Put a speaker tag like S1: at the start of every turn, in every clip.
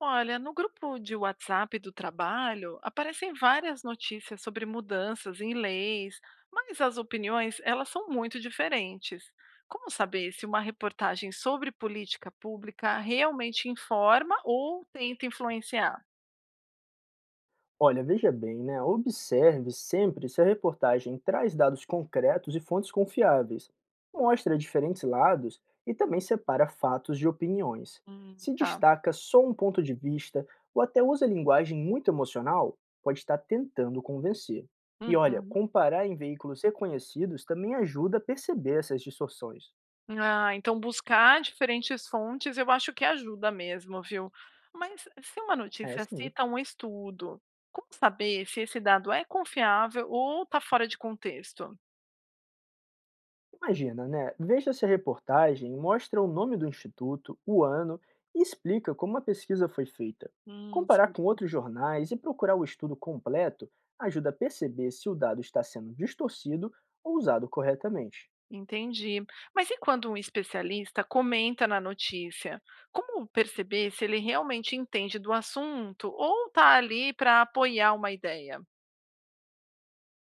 S1: Olha, no grupo de WhatsApp do trabalho aparecem várias notícias sobre mudanças em leis, mas as opiniões elas são muito diferentes. Como saber se uma reportagem sobre política pública realmente informa ou tenta influenciar?
S2: Olha, veja bem, né? Observe sempre se a reportagem traz dados concretos e fontes confiáveis, mostra diferentes lados e também separa fatos de opiniões. Se
S1: Tá.
S2: destaca só um ponto de vista ou até usa linguagem muito emocional, pode estar tentando convencer. E olha,
S1: Uhum.
S2: comparar em veículos reconhecidos também ajuda a perceber essas distorções.
S1: Ah, então buscar diferentes fontes eu acho que ajuda mesmo, viu? Mas se uma
S2: É
S1: notícia
S2: sim.
S1: cita um estudo, como saber se esse dado é confiável ou está fora de contexto?
S2: Imagina, né? Veja se a reportagem mostra o nome do instituto, o ano e explica como a pesquisa foi feita. Comparar com
S1: Certo.
S2: outros jornais e procurar o estudo completo ajuda a perceber se o dado está sendo distorcido ou usado corretamente.
S1: Entendi. Mas e quando um especialista comenta na notícia? Como perceber se ele realmente entende do assunto ou está ali para apoiar uma ideia?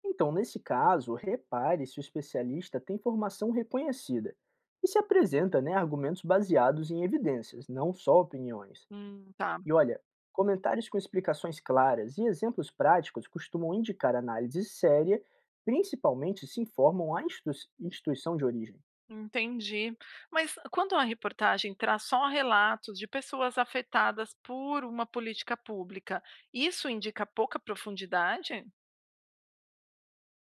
S2: Então, nesse caso, repare se o especialista tem formação reconhecida e se apresenta né, argumentos baseados em evidências, não só opiniões.
S1: Tá,
S2: E olha, comentários com explicações claras e exemplos práticos costumam indicar análise séria, principalmente se informam a instituição de origem.
S1: entendi. Mas quando a reportagem traz só relatos de pessoas afetadas por uma política pública, isso indica pouca profundidade?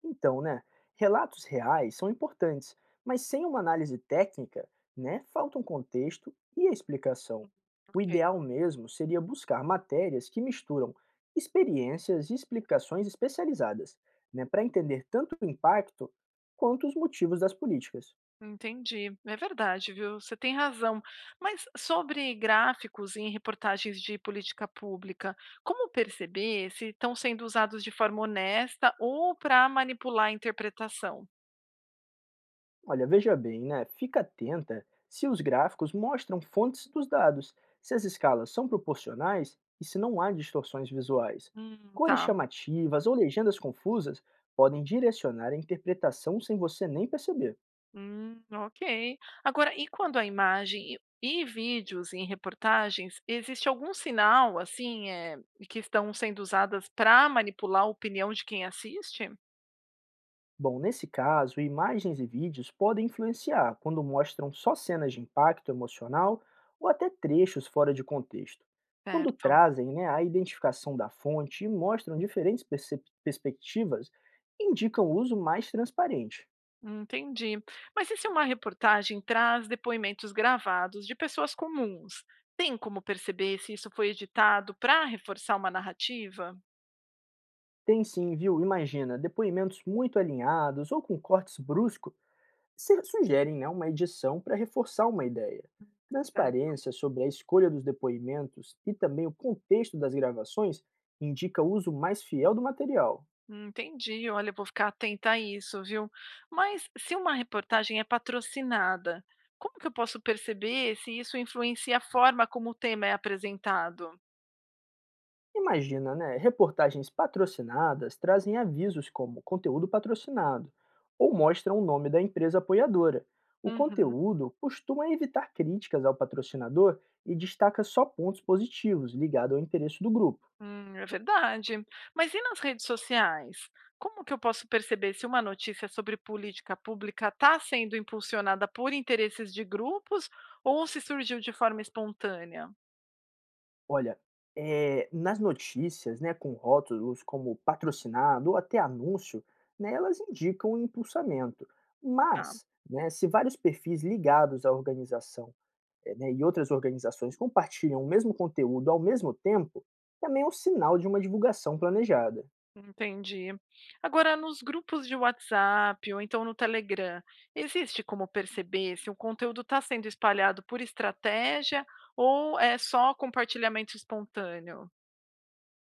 S2: Então, né, relatos reais são importantes, mas sem uma análise técnica, né, falta um contexto e a explicação. O ideal mesmo seria buscar matérias que misturam experiências e explicações especializadas, né, para entender tanto o impacto quanto os motivos das políticas.
S1: Entendi, é verdade, viu? Você tem razão. Mas sobre gráficos em reportagens de política pública, como perceber se estão sendo usados de forma honesta ou para manipular a interpretação?
S2: Olha, veja bem, né? Fica atenta se os gráficos mostram fontes dos dados, se as escalas são proporcionais e se não há distorções visuais. Cores
S1: Tá.
S2: chamativas ou legendas confusas podem direcionar a interpretação sem você nem perceber.
S1: Ok. Agora, e quando a imagem e vídeos em reportagens, existe algum sinal, assim, é, que estão sendo usadas para manipular a opinião de quem assiste?
S2: Bom, nesse caso, imagens e vídeos podem influenciar quando mostram só cenas de impacto emocional ou até trechos fora de contexto. Quando
S1: Certo.
S2: trazem né, a identificação da fonte e mostram diferentes perspectivas, indicam o uso mais transparente.
S1: Entendi. Mas e se uma reportagem traz depoimentos gravados de pessoas comuns? Tem como perceber se isso foi editado para reforçar uma narrativa?
S2: Tem sim, viu? Imagina, depoimentos muito alinhados ou com cortes bruscos sugerem né, uma edição para reforçar uma ideia.
S1: Tá?
S2: Transparência sobre a escolha dos depoimentos e também o contexto das gravações indica o uso mais fiel do material.
S1: Entendi. Olha, eu vou ficar atenta a isso, viu? Mas se uma reportagem é patrocinada, como que eu posso perceber se isso influencia a forma como o tema é apresentado?
S2: Imagina, né? Reportagens patrocinadas trazem avisos como conteúdo patrocinado ou mostram o nome da empresa apoiadora. O
S1: Uhum.
S2: conteúdo costuma evitar críticas ao patrocinador e destaca só pontos positivos ligados ao interesse do grupo.
S1: É verdade. Mas e nas redes sociais? Como que eu posso perceber se uma notícia sobre política pública está sendo impulsionada por interesses de grupos ou se surgiu de forma espontânea?
S2: Olha, nas notícias, né, com rótulos como patrocinado ou até anúncio, né, elas indicam o impulsamento.
S1: Tá,
S2: Mas, né, se vários perfis ligados à organização, né, e outras organizações compartilham o mesmo conteúdo ao mesmo tempo, também é um sinal de uma divulgação planejada.
S1: entendi. Agora, nos grupos de WhatsApp ou então no Telegram, existe como perceber se o conteúdo está sendo espalhado por estratégia ou é só compartilhamento espontâneo?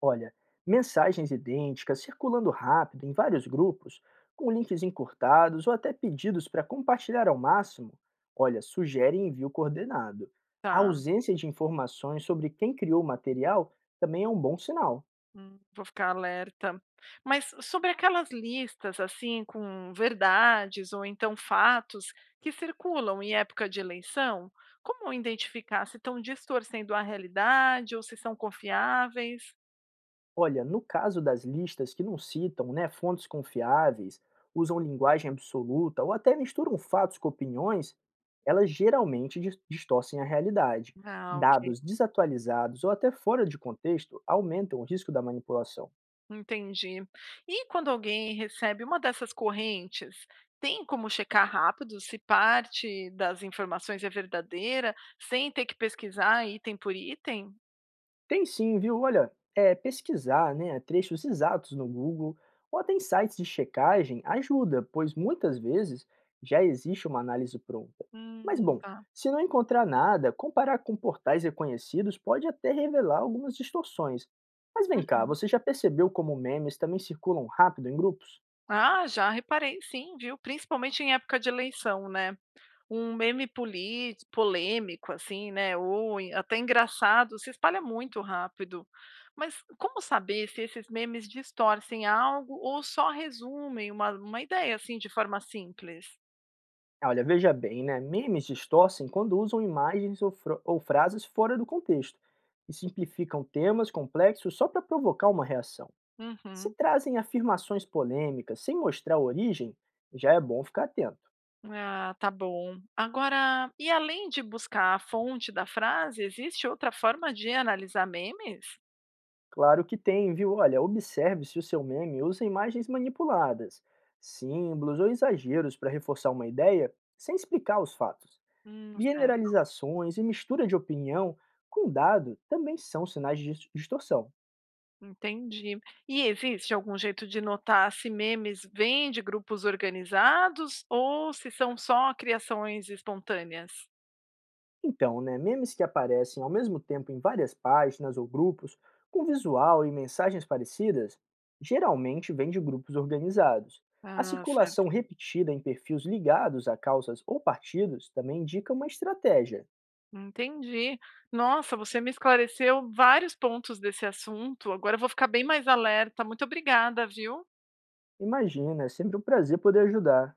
S2: Olha, mensagens idênticas circulando rápido em vários grupos, com links encurtados ou até pedidos para compartilhar ao máximo, olha, sugerem envio coordenado. A
S1: Tá.
S2: ausência de informações sobre quem criou o material também é um bom sinal.
S1: Vou ficar alerta. Mas sobre aquelas listas, assim, com verdades ou então fatos que circulam em época de eleição, como identificar se estão distorcendo a realidade ou se são confiáveis?
S2: Olha, no caso das listas que não citam, né, fontes confiáveis, usam linguagem absoluta ou até misturam fatos com opiniões, elas geralmente distorcem a realidade.
S1: Ah, ok,
S2: Dados desatualizados ou até fora de contexto aumentam o risco da manipulação.
S1: entendi. E quando alguém recebe uma dessas correntes, tem como checar rápido se parte das informações é verdadeira, sem ter que pesquisar item por item?
S2: Tem sim, viu? Olha, é, pesquisar, né, trechos exatos no Google ou até em sites de checagem ajuda, pois muitas vezes já existe uma análise pronta. Mas bom,
S1: Tá.
S2: se não encontrar nada, comparar com portais reconhecidos pode até revelar algumas distorções. Mas vem cá,
S1: Uhum.
S2: você já percebeu como memes também circulam rápido em grupos?
S1: Ah, já reparei sim, viu, principalmente em época de eleição, né. Um meme poli polêmico, assim, né, até engraçado, se espalha muito rápido. Mas como saber se esses memes distorcem algo ou só resumem uma ideia, assim, de forma simples?
S2: Ah, olha, veja bem, né? Memes distorcem quando usam imagens ou, ou frases fora do contexto e simplificam temas complexos só para provocar uma reação. Se
S1: Uhum.
S2: trazem afirmações polêmicas sem mostrar a origem, já é bom ficar atento.
S1: Ah, tá bom. Agora, e além de buscar a fonte da frase, existe outra forma de analisar memes?
S2: Claro que tem, viu? Olha, observe se o seu meme usa imagens manipuladas, símbolos ou exageros para reforçar uma ideia sem explicar os fatos.
S1: Certo.
S2: Generalizações e mistura de opinião com dado também são sinais de distorção.
S1: Entendi. E existe algum jeito de notar se memes vêm de grupos organizados ou se são só criações espontâneas?
S2: Então, né, memes que aparecem ao mesmo tempo em várias páginas ou grupos, com visual e mensagens parecidas, geralmente vêm de grupos organizados. A
S1: Ah, certo.
S2: circulação repetida em perfis ligados a causas ou partidos também indica uma estratégia.
S1: Entendi. Nossa, você me esclareceu vários pontos desse assunto. Agora eu vou ficar bem mais alerta. Muito obrigada, viu?
S2: Imagina, é sempre um prazer poder ajudar.